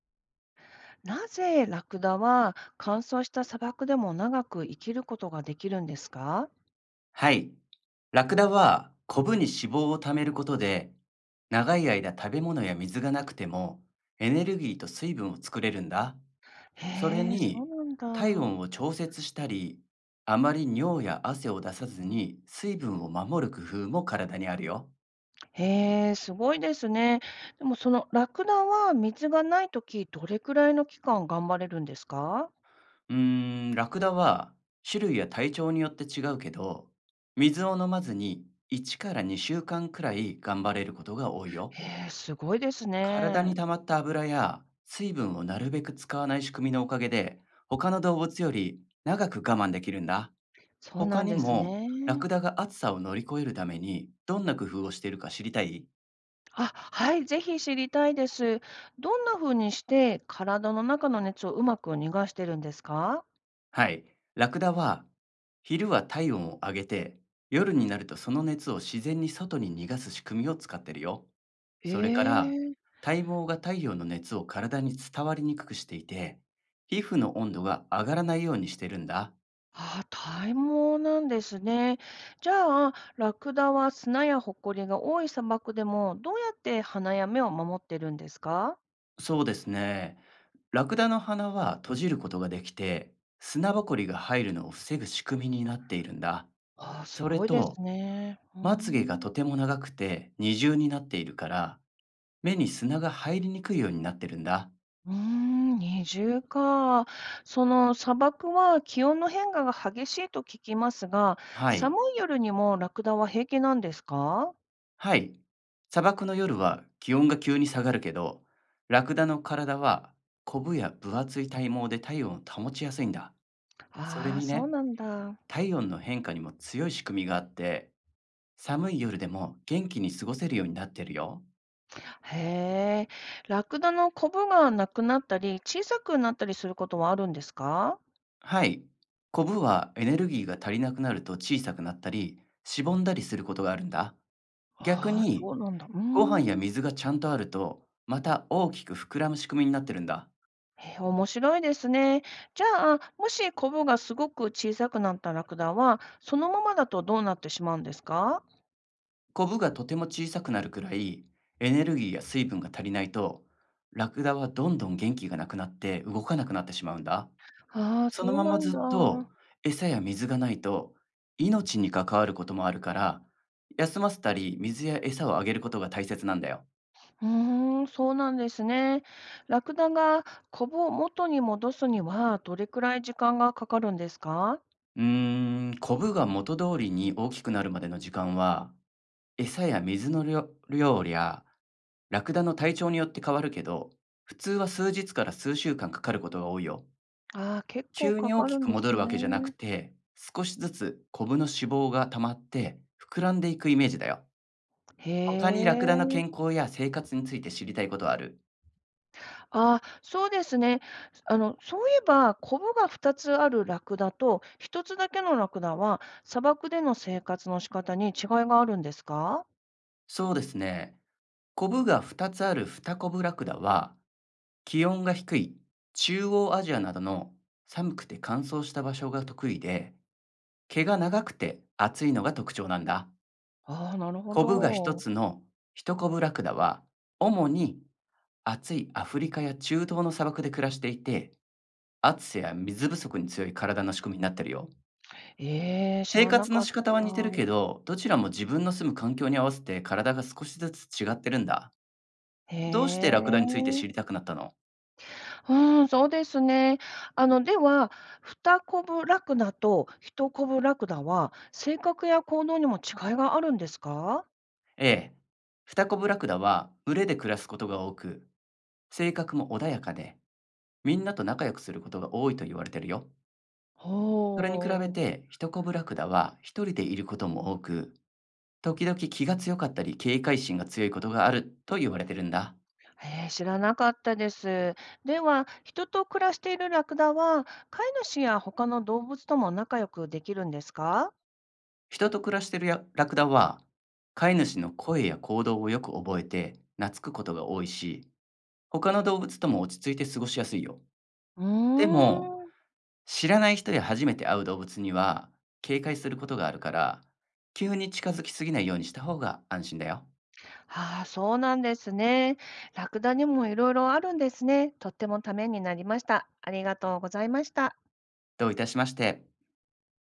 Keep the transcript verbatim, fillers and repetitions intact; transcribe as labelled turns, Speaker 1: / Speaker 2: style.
Speaker 1: なぜラクダは乾燥した砂漠でも長く生きることができるんですか？
Speaker 2: はい。ラクダはコブに脂肪を貯めることで、長い間食べ物や水がなくても、エネルギーと水分を作れるんだ。それ
Speaker 1: へえ、そう
Speaker 2: に、
Speaker 1: なん
Speaker 2: 体
Speaker 1: だ。
Speaker 2: 温を調節したり、あまり尿や汗を出さずに水分を守る工夫も体にあるよ。
Speaker 1: へえ、すごいですね。でもそのラクダは水がないとき、どれくらいの期間頑張れるんですか？
Speaker 2: うーん、ラクダは種類や体調によって違うけど、水を飲まずにいちからにしゅうかんくらい頑張れることが多いよ。
Speaker 1: へえ、すごいです
Speaker 2: 体に
Speaker 1: ね。
Speaker 2: 溜まった油や水分をなるべく使わない仕組みのおかげで、他の動物より長く我慢できるんだ。
Speaker 1: そう
Speaker 2: 他
Speaker 1: なん
Speaker 2: に
Speaker 1: です
Speaker 2: も、ラ
Speaker 1: ね。
Speaker 2: クダが暑さを乗り越えるためにどんな工夫をしているか知りたい？
Speaker 1: あ、はい、ぜひ知りたいです。どんな風にして体の中の熱をうまく逃がしてるんですか？
Speaker 2: はい。ラクダは、昼は体温を上げて、夜になるとその熱を自然に外に逃がす仕組みを使ってるよ。それから、
Speaker 1: ええ。
Speaker 2: 体毛が太陽の熱を体に伝わりにくくしていて、皮膚の温度が上がらないようにしてるんだ。
Speaker 1: ああ、体毛なんですね。じゃあ、ラクダは砂やホコリが多い砂漠でも、どうやって鼻や目を守ってるんですか？
Speaker 2: そうですね。ラクダの鼻は閉じることができて、砂ぼこりが入るのを防ぐ仕組みになっているんだ。
Speaker 1: ああ、す
Speaker 2: それ
Speaker 1: ごいで
Speaker 2: と、
Speaker 1: すね。うー
Speaker 2: まつげが
Speaker 1: ん。
Speaker 2: とても長くて二重になっているから、目に砂が入りにくいようになってるんだ。
Speaker 1: うーん、二重か。その砂漠は気温の変化が激しいと聞きますが、
Speaker 2: はい。
Speaker 1: 寒い夜にもラクダは平気なんですか？
Speaker 2: はい。砂漠の夜は気温が急に下がるけど、ラクダの体は、コブや分厚い体毛で体温を保ちやすいんだ。それ
Speaker 1: ああ、
Speaker 2: に
Speaker 1: そう
Speaker 2: ね、
Speaker 1: なんだ。
Speaker 2: 体温の変化にも強い仕組みがあって、寒い夜でも元気に過ごせるようになってるよ。
Speaker 1: へえ。ラクダのコブがなくなったり、小さくなったりすることはあるんですか？
Speaker 2: はい。コブはエネルギーが足りなくなると小さくなったり、しぼんだりすることがあるんだ。逆
Speaker 1: ああ、
Speaker 2: に、
Speaker 1: そうなんだ。うー
Speaker 2: ご飯や
Speaker 1: ん。
Speaker 2: 水がちゃんとあると、また大きく膨らむ仕組みになってるんだ。
Speaker 1: へえ、面白いですね。じゃあ、もしコブがすごく小さくなったラクダは、そのままだとどうなってしまうんですか？
Speaker 2: コブがとても小さくなるくらい、エネルギーや水分が足りないと、ラクダはどんどん元気がなくなって動かなくなってしまうんだ。
Speaker 1: ああ、
Speaker 2: その
Speaker 1: そう
Speaker 2: まま
Speaker 1: なん
Speaker 2: ずっ
Speaker 1: だ。う
Speaker 2: と餌や水がないと、命に関わることもあるから、休ませたり水や餌をあげることが大切なんだよ。
Speaker 1: ーん、そうなんですね。ラクダがコブを元に戻すには、どれくらい時間がかかるんですか？
Speaker 2: うーん、コブが元通りに大きくなるまでの時間は、餌や水の量量やラクダの体調によって変わるけど、普通は数日から数週間かかることが多いよ。
Speaker 1: ああー、結構
Speaker 2: 急
Speaker 1: か
Speaker 2: に大
Speaker 1: か
Speaker 2: き
Speaker 1: るん
Speaker 2: く
Speaker 1: で
Speaker 2: 戻
Speaker 1: す
Speaker 2: るわけじゃなく
Speaker 1: ね。
Speaker 2: て、少しずつコブの脂肪が溜まって膨らんでいくイメージだよ。
Speaker 1: へ
Speaker 2: 他にラクダの
Speaker 1: え。
Speaker 2: 健康や生活について知りたいことはある？
Speaker 1: ああ、そうですね。あの、そういえば、コブがふたつあるラクダと、ひとつだけのラクダは、砂漠での生活の仕方に違いがあるんですか？
Speaker 2: そうですね。コブがふたつあるフタコブラクダは、気温が低い中央アジアなどの寒くて乾燥した場所が得意で、毛が長くて厚いのが特徴なんだ。
Speaker 1: ああ、なるほ
Speaker 2: コブが一
Speaker 1: ど。
Speaker 2: つの一コブラクダは、主に暑いアフリカや中東の砂漠で暮らしていて、暑さや水不足に強い体の仕組みになってるよ。
Speaker 1: ええ、知
Speaker 2: 生
Speaker 1: らな
Speaker 2: 活の
Speaker 1: かっ
Speaker 2: 仕方は似てる
Speaker 1: た。
Speaker 2: けど、どちらも自分の住む環境に合わせて体が少しずつ違ってるんだ。
Speaker 1: へ
Speaker 2: どうしてラクダについて
Speaker 1: え。
Speaker 2: 知りたくなったの？
Speaker 1: うん、そうですね。あの、では、ふたコブラクダとひとコブラクダは、性格や行動にも違いがあるんですか？
Speaker 2: ?A、フタコブラクダは群れで暮らすことが多く、性格も穏やかで、みんなと仲良くすることが多いと言われてるよ。それに比べ
Speaker 1: ほう。
Speaker 2: て、ヒトコブラクダは一人でいることも多く、時々気が強かったり警戒心が強いことがあると言われてるんだ。
Speaker 1: えー知らなかったです。では、人と暮らしているラクダは、飼い主や他の動物とも仲良くできるんですか？
Speaker 2: 人と暮らしているやラクダは、飼い主の声や行動をよく覚えて懐くことが多いし、他の動物とも落ち着いて過ごしやすいよ。
Speaker 1: うー
Speaker 2: でも、
Speaker 1: ん。
Speaker 2: 知らない人や初めて会う動物には警戒することがあるから、急に近づきすぎないようにした方が安心だよ。
Speaker 1: ああ、そうなんですね。ラクダにもいろいろあるんですね。とってもためになりました。ありがとうございました。
Speaker 2: どういたしまして。